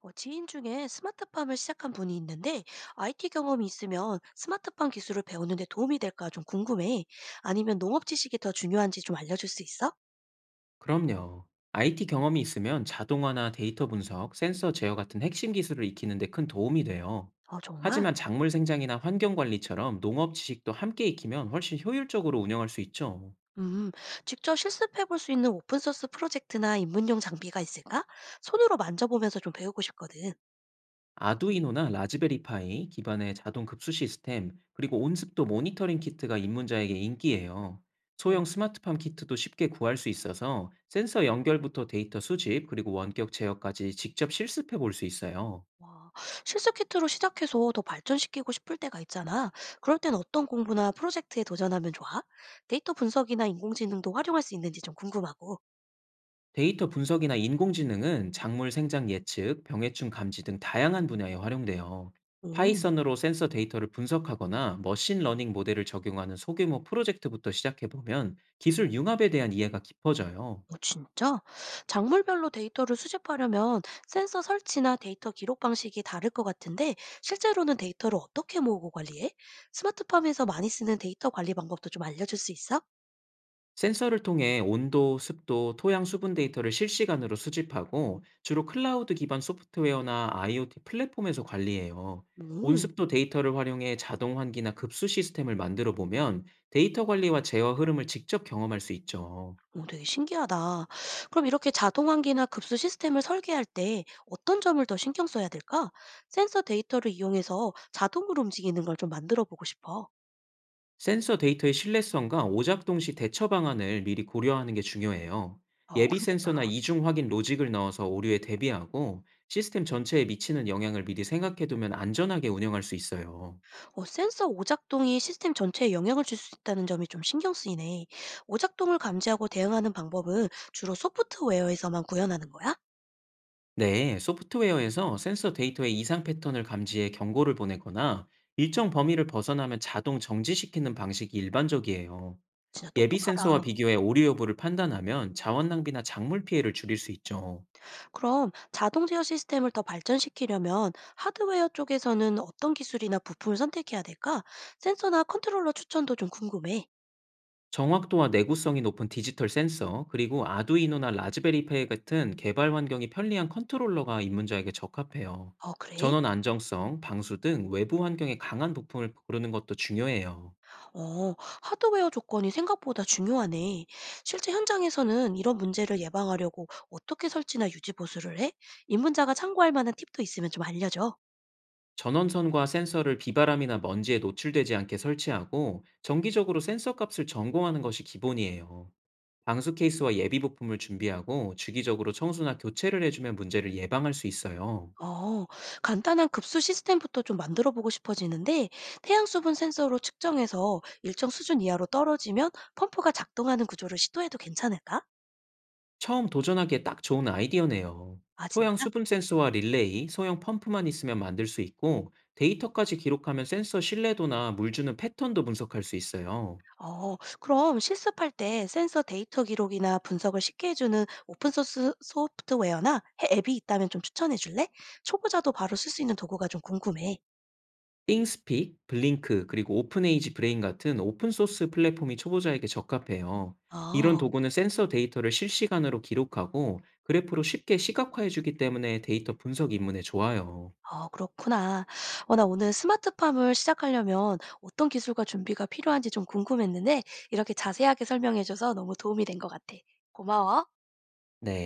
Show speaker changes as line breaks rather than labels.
지인 중에 스마트팜을 시작한 분이 있는데 IT 경험이 있으면 스마트팜 기술을 배우는 데 도움이 될까 좀 궁금해. 아니면 농업 지식이 더 중요한지 좀 알려줄 수 있어?
그럼요. IT 경험이 있으면 자동화나 데이터 분석, 센서 제어 같은 핵심 기술을 익히는 데 큰 도움이 돼요.
어, 정말?
하지만 작물 생장이나 환경 관리처럼 농업 지식도 함께 익히면 훨씬 효율적으로 운영할 수 있죠.
음, 직접 실습해 볼 수 있는 오픈소스 프로젝트나 입문용 장비가 있을까? 손으로 만져보면서 좀 배우고 싶거든.
아두이노나 라즈베리파이 기반의 자동 급수 시스템, 그리고 온습도 모니터링 키트가 입문자에게 인기예요. 소형
어,
스마트팜 키트도 쉽게 구할 수 있어서 센서 연결부터 데이터 수집, 그리고 원격 제어까지 직접 실습해 볼 수 있어요.
와, 실습 키트로 시작해서 더 발전시키고 싶을 때가 있잖아. 그럴 땐 어떤 공부나 프로젝트에 도전하면 좋아? 데이터 분석이나 인공지능도 활용할 수 있는지 좀 궁금하고.
데이터 분석이나 인공지능은 작물 생장 예측, 병해충 감지 등 다양한 분야에 활용돼요.
음.
파이썬으로 센서 데이터를 분석하거나 머신 러닝 모델을 적용하는 소규모 프로젝트부터 시작해보면 기술 융합에 대한 이해가 깊어져요.
어, 진짜? 작물별로 데이터를 수집하려면 센서 설치나 데이터 기록 방식이 다를 것 같은데, 실제로는 데이터를 어떻게 모으고 관리해? 스마트팜에서 많이 쓰는 데이터 관리 방법도 좀 알려줄 수 있어?
센서를 통해 온도, 습도, 토양 수분 데이터를 실시간으로 수집하고 주로 클라우드 기반 소프트웨어나 IoT 플랫폼에서 관리해요.
음,
온습도 데이터를 활용해 자동 환기나 급수 시스템을 만들어 보면 데이터 관리와 제어 흐름을 직접 경험할 수 있죠.
오, 되게 신기하다. 그럼 이렇게 자동환기나 급수 시스템을 설계할 때 어떤 점을 더 신경 써야 될까? 센서 데이터를 이용해서 자동으로 움직이는 걸 좀 만들어 보고 싶어.
센서 데이터의 신뢰성과 오작동 시 대처 방안을 미리 고려하는 게 중요해요.
어,
예비 센서나
그러겠다.
이중 확인 로직을 넣어서 오류에 대비하고 시스템 전체에 미치는 영향을 미리 생각해 두면 안전하게 운영할 수 있어요.
어, 센서 오작동이 시스템 전체에 영향을 줄 수 있다는 점이 좀 신경 쓰이네. 오작동을 감지하고 대응하는 방법은 주로 소프트웨어에서만 구현하는 거야?
네, 소프트웨어에서 센서 데이터의 이상 패턴을 감지해 경고를 보내거나 일정 범위를 벗어나면 자동 정지시키는 방식이 일반적이에요.
진짜
예비
똑똑하다.
센서와 비교해 오류 여부를 판단하면 자원 낭비나 작물 피해를 줄일 수 있죠.
그럼 자동 제어 시스템을 더 발전시키려면 하드웨어 쪽에서는 어떤 기술이나 부품을 선택해야 될까? 센서나 컨트롤러 추천도 좀 궁금해.
정확도와 내구성이 높은 디지털 센서, 그리고 아두이노나 라즈베리파이 같은 개발 환경이 편리한 컨트롤러가 입문자에게 적합해요.
어, 그래?
전원 안정성, 방수 등 외부 환경에 강한 부품을 고르는 것도 중요해요.
어, 하드웨어 조건이 생각보다 중요하네. 실제 현장에서는 이런 문제를 예방하려고 어떻게 설치나 유지 보수를 해? 입문자가 참고할 만한 팁도 있으면 좀 알려줘.
전원선과 센서를 비바람이나 먼지에 노출되지 않게 설치하고 정기적으로 센서 값을 점검하는 것이 기본이에요. 방수 케이스와 예비 부품을 준비하고 주기적으로 청소나 교체를 해주면 문제를 예방할 수 있어요.
어, 간단한 급수 시스템부터 좀 만들어 보고 싶어지는데, 태양 수분 센서로 측정해서 일정 수준 이하로 떨어지면 펌프가 작동하는 구조를 시도해도 괜찮을까?
처음 도전하기에 딱 좋은 아이디어네요.
아,
토양
진짜?
수분 센서와 릴레이, 소형 펌프만 있으면 만들 수 있고 데이터까지 기록하면 센서 신뢰도나 물 주는 패턴도 분석할 수 있어요.
어, 그럼 실습할 때 센서 데이터 기록이나 분석을 쉽게 해주는 오픈소스 소프트웨어나 앱이 있다면 좀 추천해 줄래? 초보자도 바로 쓸 수 있는 도구가 좀 궁금해.
띵스픽, 블링크, 그리고 오픈에이지 브레인 같은 오픈 소스 플랫폼이 초보자에게 적합해요. 이런
어,
도구는 센서 데이터를 실시간으로 기록하고 그래프로 쉽게 시각화해 주기 때문에 데이터 분석 입문에 좋아요.
어, 그렇구나. 어, 나 오늘 스마트팜을 시작하려면 어떤 기술과 준비가 필요한지 좀 궁금했는데 이렇게 자세하게 설명해줘서 너무 도움이 된 것 같아. 고마워.
네.